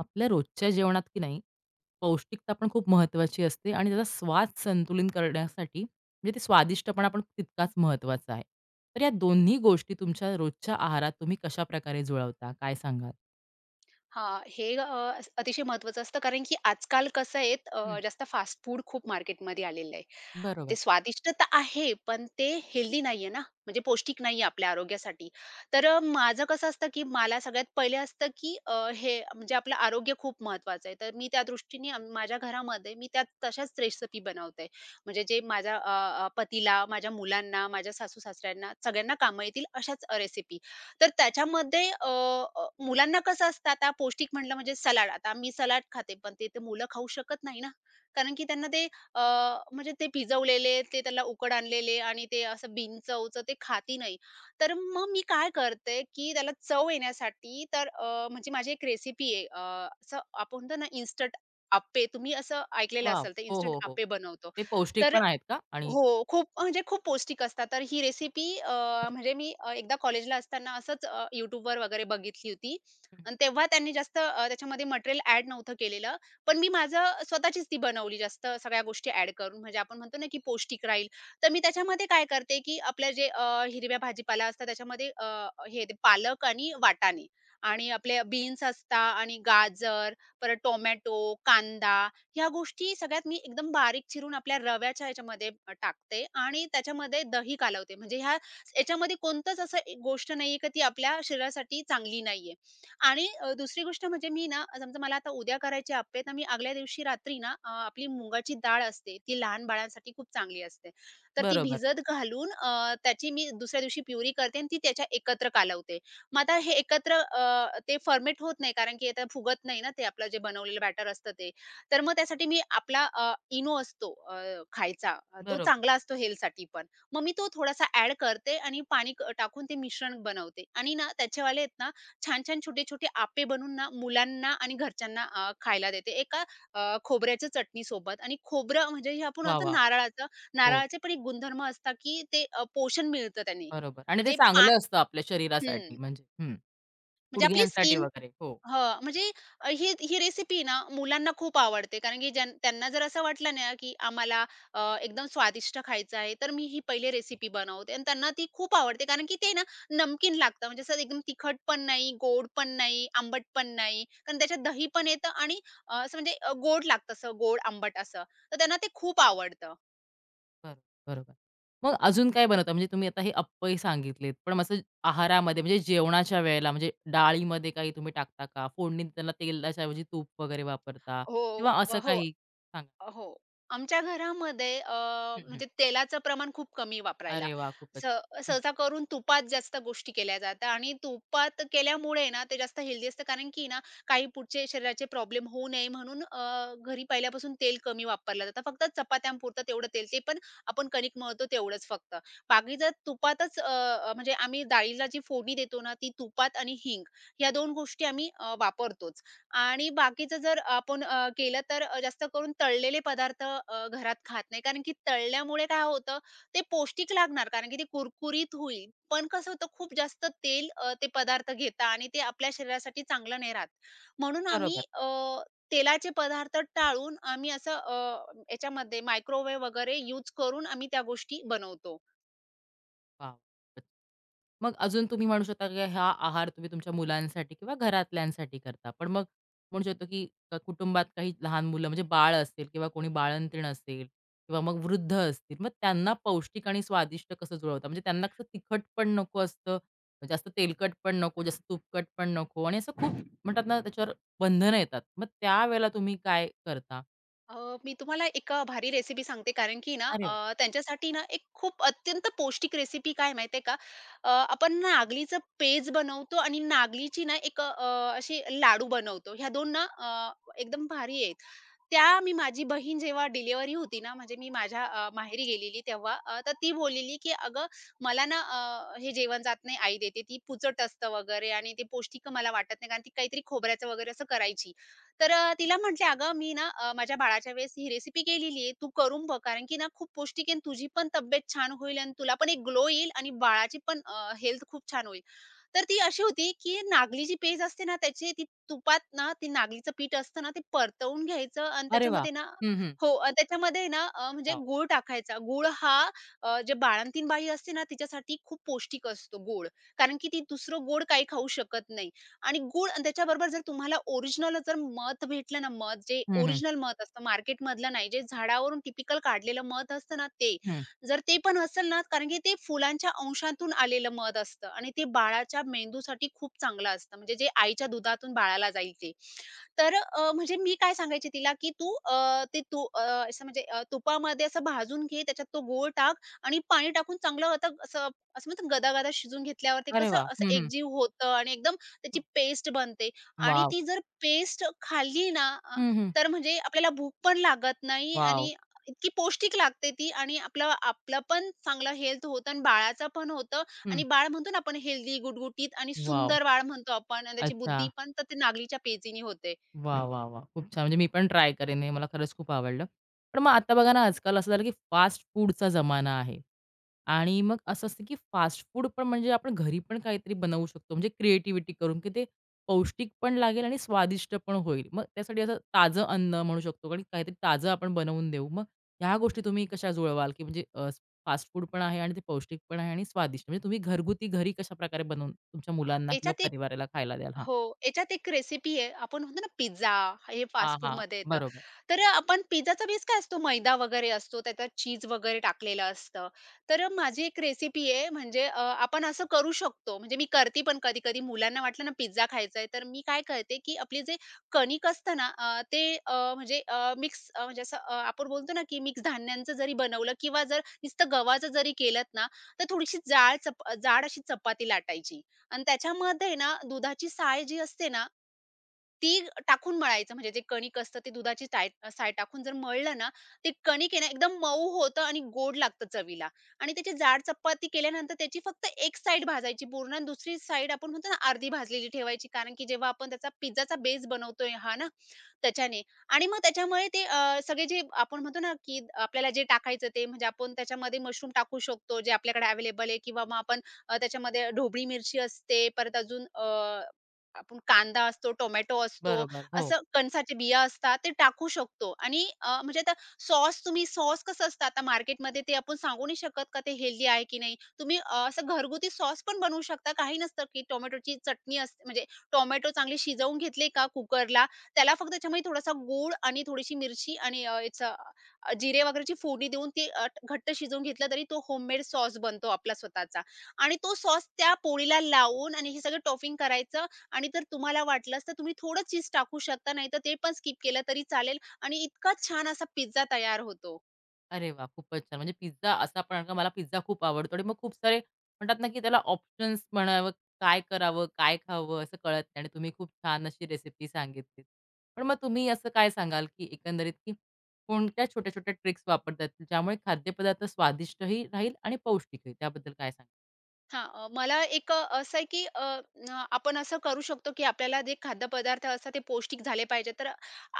आपल्या रोजच्या जेवणात की नाही, पौष्टिकता पण खूप महत्त्वाची असते आणि त्याचा स्वाद संतुलित करण्यासाठी म्हणजे ते स्वादिष्टपणा पण तितकाच महत्त्वाचा आहे. तर या दोन्ही गोष्टी तुमच्या रोजच्या आहारात तुम्ही कशाप्रकारे जुळवता? काय सांगाल? हां, हे अतिशय महत्त्वाचं असतं कारण की आजकाल कसं आहे हं, जास्त फास्ट फूड खूप मार्केटमध्ये आलेलं आहे. ते बरोबर. स्वादिष्ट तर आहे, पण ते हेल्दी नाहीये ना, म्हणजे पौष्टिक नाहीये आपल्या आरोग्यासाठी. तर माझं कसं असतं की मला सगळ्यात पहिले असतं की हे म्हणजे आपलं आरोग्य खूप महत्त्वाचं आहे. तर मी त्या दृष्टीने माझ्या घरामध्ये मी त्या तशाच रेसिपी बनवते. म्हणजे जे माझ्या अ, अ, पतीला, माझ्या मुलांना, माझ्या सासू-सासऱ्यांना सगळ्यांना कामं येतील अशाच रेसिपी. तर त्याच्यामध्ये मुलांना कसं असतं आता पौष्टिक म्हटलं म्हणजे सलाड. आता मी सलाड खाते, पण ते तर मुलं खाऊ शकत नाही ना. कारण की त्यांना ते म्हणजे ते भिजवलेले, ते त्याला उकड आणलेले आणि ते असं बिनचवचं ते खाती नाही. तर मग मी काय करते, की त्याला चव येण्यासाठी तर म्हणजे माझी एक रेसिपी आहे. असं आपण म्हणतो ना इन्स्टंट आप्पे. तुम्ही असं ऐकलेलं वॉव! असेल, तर हो, इन्स्टंट हो, हो. आप्पे बनवतो. ते पौष्टिक तर पण आहेत का? आणि हो, खूप म्हणजे खूप पौष्टिक असतात. तर ही रेसिपी म्हणजे मी एकदा कॉलेजला असताना असंच YouTubeवर वगैरे बघितली होती हं. आणि तेव्हा त्यांनी जास्त त्याच्यामध्ये मटेरियल ॲड नव्हतं केलेलं. पण मी माझं स्वतःचीच ती बनवली जास्त सगळ्या गोष्टी ॲड करून. म्हणजे आपण म्हणतो ना, की पौष्टिक राहील. तर मी त्याच्यामध्ये काय करते, की आपल्या जे हिरव्या भाजीपाला असतात त्याच्यामध्ये हे ते पालक आणि वाटाणे आणि आपले बीन्स असतात आणि गाजर, परत टोमॅटो, कांदा ह्या गोष्टी सगळ्यात मी एकदम बारीक चिरून आपल्या रव्याच्या ह्याच्यामध्ये टाकते आणि त्याच्यामध्ये दही कालवते. म्हणजे ह्या याच्यामध्ये कोणतंच असं एक गोष्ट नाहीये का ती आपल्या शरीरासाठी चांगली नाहीये. आणि दुसरी गोष्ट म्हणजे मी ना समजा मला आता उद्या करायचे अप्पे, तर मी आदल्या दिवशी रात्री ना आपली मुगाची डाळ असते, ती लहान बाळांसाठी खूप चांगली असते. तर ती बरोबर, भिजत घालून त्याची मी दुसऱ्या दिवशी प्युरी करते आणि ती त्याच्या एकत्र कालवते. मग आता हे एकत्र ते फर्मेट होत नाही कारण की आता फुगत नाही ना ते आपलं जे बनवलेलं बॅटर असतं ते. तर मग त्यासाठी मी आपला इनो असतो खायचा, तो बरोबर. चांगला असतो हेल्थसाठी पण. मग मी तो थोडासा ॲड करते आणि पाणी क टाकून ते मिश्रण बनवते आणि ना त्याचेवाले आहेत ना, छान-छान छोटे-छोटे आपे बनवून ना मुलांना आणि घरच्यांना खायला देते. एका खोबऱ्याच्या चटणीसोबत आणि खोबरं म्हणजे हे आपण वाह! आता वाह! नारळाचं हो, नारळाचे पण एक गुणधर्म असतात, की ते पोषण मिळतं त्याने. बरोबर आणि ते म्हणजे पा चांगलं असतं आपल्या शरीरासाठी हं. म्हणजे हं, म्हणजे आपली गुडघ्यांसाठी स्किन वगैरे. हो. हां, म्हणजे ही ही रेसिपी ना मुलांना खूप आवडते. कारण की त्यांना जर असं वाटलं ना, की आम्हाला एकदम स्वादिष्ट खायचं आहे, तर मी ही पहिले रेसिपी बनवते आणि त्यांना ती खूप आवडते. कारण की ते ना नमकीन लागतं. म्हणजे असं एकदम तिखट पण नाही, गोड पण नाही, आंबट पण नाही. कारण त्याच्यात दही पण येतं आणि असं म्हणजे गोड लागतं, असं गोड आंबट असं. तर त्यांना ते खूप आवडतं. बरोबर, बरोबर. मग अजून काय बनवता? म्हणजे तुम्ही आता हे अप्पे सांगितलेत, पण मग असं आहारामध्ये म्हणजे जेवणाच्या वेळेला म्हणजे डाळीमध्ये काही तुम्ही टाकता का? फोडणी देताना तेलाच्या ऐवजी तूप वगैरे वापरता हो, किंवा असं हो. काही? सांगा. हो. आमच्या घरामध्ये हं, हं. म्हणजे तेलाचं प्रमाण खूप कमी वापरायला. अरे वाह! खूपच. स हं, सहसा करून तुपात जास्त गोष्टी केल्या जातात आणि तुपात केल्यामुळे ना, ते जास्त हेल्दी असतं कारण की ना, काही पुढचे शरीराचे प्रॉब्लेम होऊ नये म्हणून घरी पहिल्यापासून तेल कमी वापरलं जातं. फक्त चपात्यांपुरतं तेवढं तेल, ते पण आपण कणिक मळतो तेवढंच फक्त. बाकी जर तुपातच अ, अ, म्हणजे आम्ही डाळीला जी फोडणी देतो ना, ती तुपात आणि हिंग या 2 गोष्टी आम्ही वापरतोच. आणि बाकीचं जर आपण केलं तर जास्त करून तळलेले पदार्थ घरात खात नाही. कारण की तळल्यामुळे काय होतं, ते पौष्टिक लागणार कारण की ते कुरकुरीत होईल. पण कसं होतं खूप जास्त तेल ते पदार्थ घेता आणि ते आपल्या शरीरासाठी चांगलं नाही राहत. म्हणून बरोबर. आम्ही तेलाचे पदार्थ टाळून आम्ही असं याच्यामध्ये मायक्रोवेव्ह वगैरे यूज करून आम्ही त्या गोष्टी बनवतो. वा, मग अजून तुम्ही म्हणू शकता, की हा आहार तुम्ही तुमच्या मुलांसाठी किंवा घरातल्यांसाठी करता. पण मग म्हणू शकतो, की कुटुंबात काही लहान मुलं म्हणजे बाळ असेल किंवा कोणी बाळंतीण असेल किंवा मग वृद्ध असतील. मग त्यांना पौष्टिक आणि स्वादिष्ट कसं जुळवता? म्हणजे त्यांना कसं तिखट पण नको असतं, जास्त तेलकट पण नको, जास्त तुपकट पण नको आणि असं खूप म्हणतात ना, त्याच्यावर बंधनं येतात. मग त्यावेळेला तुम्ही काय करता? अ, मी तुम्हाला एक भारी रेसिपी सांगते कारण की ना अरे वाह! त्यांच्यासाठी ना एक खूप अत्यंत पौष्टिक रेसिपी काय माहिती आहे का? आपण नागलीचं पेज बनवतो आणि नागलीची ना एक अशी लाडू बनवतो. ह्या दोन ना एकदम भारी आहेत. त्या मी माझी बहीण जेव्हा डिलिव्हरी होती ना, म्हणजे मी माझ्या माहेरी गेलेली तेव्हा तर ती बोललेली, की "अगं मला ना हे जेवण जात नाही. आई देते ती पुचट असतं वगैरे आणि ते पौष्टिक मला वाटत नाही." कारण ती काहीतरी खोबऱ्याचं वगैरे असं करायची. तर तिला म्हटले, "अगं मी ना माझ्या बाळाच्या वेळेस ही रेसिपी केलेली आहे. तू करून बघ कारण की ना खूप पौष्टिक आहे आणि तुझी पण तब्येत छान होईल आणि तुला पण एक ग्लो येईल आणि बाळाची पण हेल्थ खूप छान होईल." तर ती अशी होती, की नागली जी पेज असते ना त्याची ती तुपात ना ती नागलीचं पीठ असतं ना ते परतवून घ्यायचं आणि अरे वाह! त्याच्यामध्ये ना हं, हं. हो त्याच्यामध्ये ना म्हणजे वॉव! गूळ टाकायचा. गूळ हा जे बाळंतीण बाई असते ना तिच्यासाठी खूप पौष्टिक असतो गूळ. कारण की ती दुसरं गोड काही खाऊ शकत नाही. आणि गूळ आणि त्याच्याबरोबर जर तुम्हाला ओरिजिनल जर मध भेटलं ना, मध जे हं, हं. ओरिजिनल मध असतं मार्केटमधलं नाही, जे झाडावरून टिपिकल काढलेलं मध असतं ना ते. हं. जर ते पण असेल ना, कारण की ते फुलांच्या अंशातून आलेलं मध असतं आणि ते बाळाच्या मेंदूसाठी खूप चांगलं असतं. म्हणजे जे आईच्या दुधातून बाळाला जाईल ते. तर म्हणजे मी काय सांगायचे तिला, की "तू ते तू असं म्हणजे तुपामध्ये असं भाजून घे, त्याच्यात तो गूळ टाक आणि पाणी टाकून चांगलं आता असं असं म्हणतात गदा-गदा शिजून घेतल्यावर ते अरे कसं वाह! असं हं, हं. एकजीव होतं आणि एकदम त्याची पेस्ट बनते आणि वॉव! ती जर पेस्ट खाल्ली ना हं, हं. तर म्हणजे आपल्याला भूक पण लागत नाही वॉव! आणि इतकी पौष्टिक लागते ती आणि आपलं आपलं पण चांगलं हेल्थ होतं आणि बाळाचं पण होतं हं. आणि बाळ म्हणतो ना आपण हेल्दी, गुटगुटीत आणि वॉव! सुंदर बाळ म्हणतो आपण आणि त्याची अच्छा. बुद्धी पण तर ते नागलीच्या पेजीने होते. वाह, वाह, वाह! खूप छान. म्हणजे मी पण ट्राय करेन हे मला खरंच खूप आवडलं. पण मग आता बघा ना, आजकाल असं झालं की फास्ट फूडचा जमाना आहे. आणि मग असं असतं, की फास्ट फूड पण म्हणजे आपण घरी पण काहीतरी बनवू शकतो. म्हणजे क्रिएटिव्हिटी करून, की ते पौष्टिक पण लागेल आणि स्वादिष्ट पण होईल. मग त्यासाठी असं ताजं अन्न म्हणू शकतो आणि काहीतरी ताजं आपण बनवून देऊ. मग ह्या गोष्टी तुम्ही कशा जुळवाल, की म्हणजे फास्ट फूड पण आहे आणि ते पौष्टिक पण आहे आणि स्वादिष्ट. म्हणजे तुम्ही घरगुती घरी कशाप्रकारे बनवून तुमच्या मुलांना किंवा याच्यात एक परिवाराला खायला द्याल? हां. हो, याच्यात एक रेसिपी आहे. आपण म्हणतो ना पिझ्झा, हे हां, फास्ट हां. फूडमध्ये येतं. बरोबर, तर आपण पिझ्झाचा बेस काय असतो? मैदा वगैरे असतो, त्याच्यात चीज वगैरे टाकलेलं असतं. तर माझी एक रेसिपी आहे म्हणजे आपण असं करू शकतो. म्हणजे मी करते पण कधी-कधी मुलांना वाटलं ना पिझ्झा खायचा आहे, तर मी काय करते, की आपली जे कणिक असतं ना ते म्हणजे मिक्स म्हणजे असं आपण बोलतो ना, की मिक्स धान्यांचं जरी बनवलं किंवा जर नुसतं गव्हाचं जरी केलत ना, तर थोडीशी जाड अशी चपाती लाटायची. आणि त्याच्यामध्ये ना दुधाची साय जी असते ना, ती टाकून मळायचं म्हणजे जे कणिक असतं ते दुधाची साय साय टाकून जर मळलं ना, ते कणिक आहे ना एकदम मऊ होतं आणि गोड लागतं चवीला आणि त्याची जाड चपाती केल्यानंतर त्याची फक्त एक साइड भाजायची पूर्ण आणि दुसरी साइड आपण म्हणतो ना अर्धी भाजलेली ठेवायची. कारण की जेव्हा आपण त्याचा पिझ्झाचा बेस बनवतोय हा ना, त्याच्याने आणि मग त्याच्यामुळे ते सगळे जे आपण म्हणतो ना, की आपल्याला जे टाकायचं ते म्हणजे आपण त्याच्यामध्ये मशरूम टाकू शकतो जे आपल्याकडे अवेलेबल आहे किंवा मग आपण त्याच्यामध्ये ढोबळी मिरची असते, परत अजून आपण कांदा असतो, टोमॅटो असतो, बरोबर. हो. असं कणसाच्या बिया असतात ते टाकू शकतो आणि म्हणजे आता सॉस कसं असतं आता मार्केटमध्ये ते आपण सांगू नाही शकत का ते हेल्दी आहे की नाही. तुम्ही असं घरगुती सॉस पण बनवू शकता. काही नसतं की टोमॅटोची चटणी असते म्हणजे टोमॅटो चांगले शिजवून घेतले का कुकरला, त्याला फक्त त्याच्यामध्ये थोडासा गूळ आणि थोडीशी मिरची आणि याचं जिरे वगैरेची फोडणी देऊन ते घट्ट शिजवून घेतलं तरी तो होममेड सॉस बनतो आपला स्वतःचा आणि तो सॉस त्या पोळीला लावून आणि हे सगळं टॉपिंग करायचं आणि तर तुम्हाला वाटलंच तर तुम्ही थोडं चीज टाकू शकता, नाहीतर ते पण स्किप केलं तरी चालेल आणि इतका छान असा पिझ्झा तयार होतो. अरे वा, खूपच छान. म्हणजे पिझ्झा असा पण कारण का मला पिझ्झा खूप आवडतो आणि मग खूप सारे म्हणतात ना, की त्याला ऑप्शन्स म्हणावं, काय करावं, काय खावं असं कळत नाही आणि तुम्ही खूप छान अशी रेसिपी सांगितलीत. पण मग तुम्ही असं काय सांगाल, की एकंदरीत की कोणत्या छोट्या-छोट्या ट्रिक्स वापरतात, ज्यामुळे खाद्यपदार्थ स्वादिष्टही राहील आणि पौष्टिकही? त्याबद्दल काय सांगाल? हां, मला एक असं आहे की आपण असं करू शकतो की आपल्याला जे खाद्यपदार्थ असतात ते पौष्टिक झाले पाहिजे. तर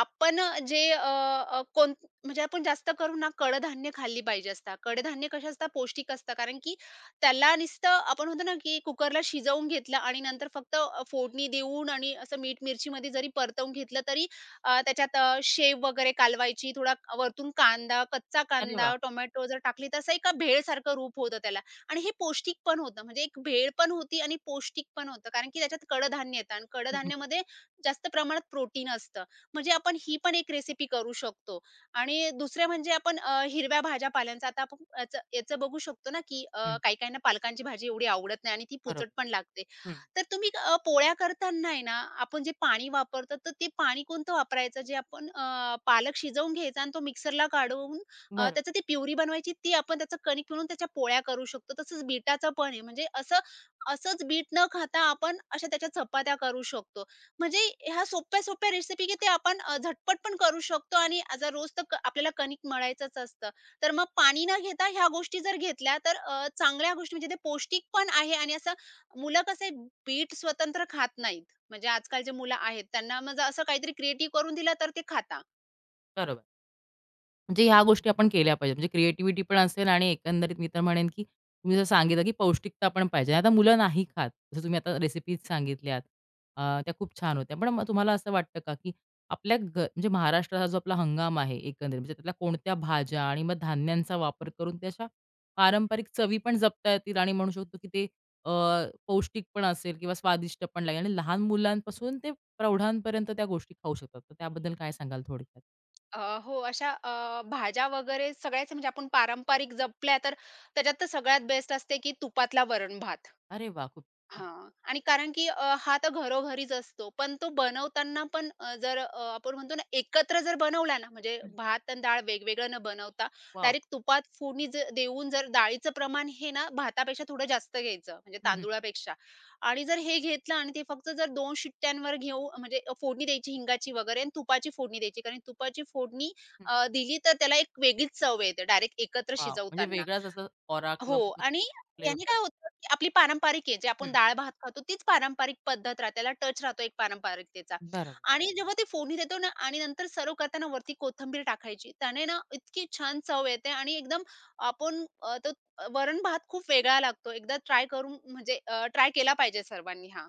आपण जे अ, अ, कोण म्हणजे आपण जास्त करून ना कडधान्य खाल्ली पाहिजे असतात. कडधान्य कसे असतात? पौष्टिक असतात. कारण की त्याला नुसतं आपण म्हणतो ना की कुकरला शिजवून घेतलं आणि नंतर फक्त फोडणी देऊन आणि असं मीठ-मिरचीमध्ये जरी परतवून घेतलं तरी त्याच्यात शेव वगैरे कालवायची, थोडा वरतून कांदा, कच्चा अरे वाह! कांदा, टोमॅटो जर टाकली तर असं एका भेळसारखं रूप होतं त्याला. आणि हे पौष्टिक पण होतं. म्हणजे एक भेळ पण होती आणि पौष्टिक पण होतं. कारण की त्याच्यात कडधान्य येतं आणि हं, हं. कडधान्यामध्ये जास्त प्रमाणात प्रोटीन असतं. म्हणजे आपण ही पण एक रेसिपी करू शकतो. आणि दुसरं म्हणजे आपण हिरव्या भाज्या पाल्यांचा आता आपण याचं याचं बघू शकतो ना, की हं. काही-काहींना पालकांची भाजी एवढी आवडत नाही आणि ती बरोबर. पुचट पण लागते. हं. तर तुम्ही पोळ्या करताना आहे ना, आपण जे पाणी वापरतो, तर ते पाणी कोणतं वापरायचं? जे आपण पालक शिजवून घ्यायचा आणि तो मिक्सरला काढून बरोबर. त्याचं ती प्युरी बनवायची ती आपण त्याचं कणिक पिळून त्याच्या पोळ्या करू शकतो. तसंच बीटाचं पण आहे. म्हणजे असंच बीट न खाता आपण अशा त्याच्या चपात्या करू शकतो. म्हणजे ह्या सोप्या-सोप्या रेसिपी की ते आपण झटपट पण करू शकतो आणि जर रोज तर आपल्याला कणिक मळायचंच असतं. तर मग पाणी न घेता ह्या गोष्टी जर घेतल्या तर चांगल्या गोष्टी म्हणजे ते पौष्टिक पण आहे आणि असं मुलं कसं बीट स्वतंत्र खात नाहीत. म्हणजे आजकालचे मुलं आहेत त्यांना मग असं काहीतरी क्रिएटिव्ह करून दिलं तर ते खाता. बरोबर. म्हणजे ह्या गोष्टी आपण केल्या पाहिजे. म्हणजे क्रिएटिव्हिटी पण असेल आणि एकंदरीत मी तर म्हणेन, की तुम्ही जसं सांगितलं, की पौष्टिकता पण पाहिजे. आता मुलं नाही खात. जसं तुम्ही आता रेसिपीज सांगितल्यात. त्या खूप छान होत्या. पण मग तुम्हाला असं वाटतं का, की आपल्या घ म्हणजे महाराष्ट्राचा जो आपला हंगाम आहे एकंदरीत, म्हणजे त्यातल्या कोणत्या भाज्या आणि मग धान्यांचा वापर करून त्या पारंपरिक चवी पण जपता येतील आणि म्हणू शकतो, की ते अ, पौष्टिक पण असेल किंवा स्वादिष्ट पण लागेल आणि लहान मुलांपासून ते प्रौढांपर्यंत त्या गोष्टी खाऊ शकतात. तर त्याबद्दल काय सांगाल थोडक्यात? अ, हो, अशा भाज्या वगैरे सगळ्याच म्हणजे आपण पारंपरिक जपल्या तर त्याच्यात तर सगळ्यात बेस्ट असते की तुपातला वरण भात. अरे वाह! खूप हं. हां. आणि कारण की हा तर घरोघरीच असतो. पण तो बनवताना पण जर आपण म्हणतो ना एकत्र जर बनवला ना, म्हणजे भात आणि डाळ वेगवेगळं न बनवता वाव, डायरेक्ट तुपात फोडणी देऊन जर डाळीचं प्रमाण हे ना भातापेक्षा थोडं जास्त घ्यायचं, म्हणजे हं, हं, तांदुळापेक्षा. आणि जर हे घेतलं आणि ते फक्त जर 2 शिट्ट्यांवर घेऊ म्हणजे फोडणी द्यायची हिंगाची वगैरे आणि तुपाची फोडणी द्यायची. कारण तुपाची फोडणी हं. दिली तर त्याला एक वेगळीच चव येते डायरेक्ट एकत्र वॉव! म्हणजे शिजवताना. वेगळाच असा ऑरा किंवा हो आणि म्हणतो याने फ्लेवर. काय होतं, की आपली पारंपरिक आहे, जे आपण हं, डाळ-भात खातो तीच पारंपरिक पद्धत राहते. त्याला टच राहतो एक पारंपरिकतेचा बरोबर. आणि जेव्हा ते फोडणी देतो ना आणि नंतर सर्व्ह करताना वरती कोथिंबीर टाकायची. त्याने ना इतकी छान चव येते आणि एकदम आपण वरण-भात खूप वेगळा लागतो. एकदा ट्राय करून म्हणजे ट्राय केला पाहिजे सर्वांनी. हां,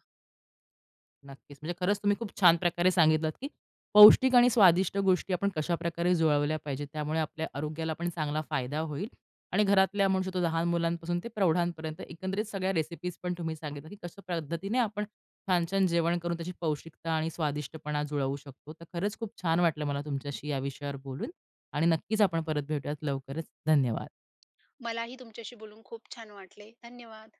नक्कीच. म्हणजे खरंच तुम्ही खूप छान प्रकारे सांगितलात, की पौष्टिक आणि स्वादिष्ट गोष्टी आपण कशाप्रकारे जुळवल्या पाहिजेत. त्यामुळे आपल्या आरोग्याला पण चांगला फायदा होईल आणि घरातल्या म्हणू शकतो लहान मुलांपासून ते प्रौढांपर्यंत एकंदरीत सगळ्या रेसिपीज पण तुम्ही सांगितल्या, की कशा पद्धतीने आपण छान-छान जेवण करून त्याची पौष्टिकता आणि स्वादिष्टपणा जुळवू शकतो. तर खरंच खूप छान वाटलं मला तुमच्याशी या विषयावर बोलून आणि नक्कीच आपण परत भेटूयात लवकरच. धन्यवाद. मलाही तुमच्याशी बोलून खूप छान वाटले. धन्यवाद.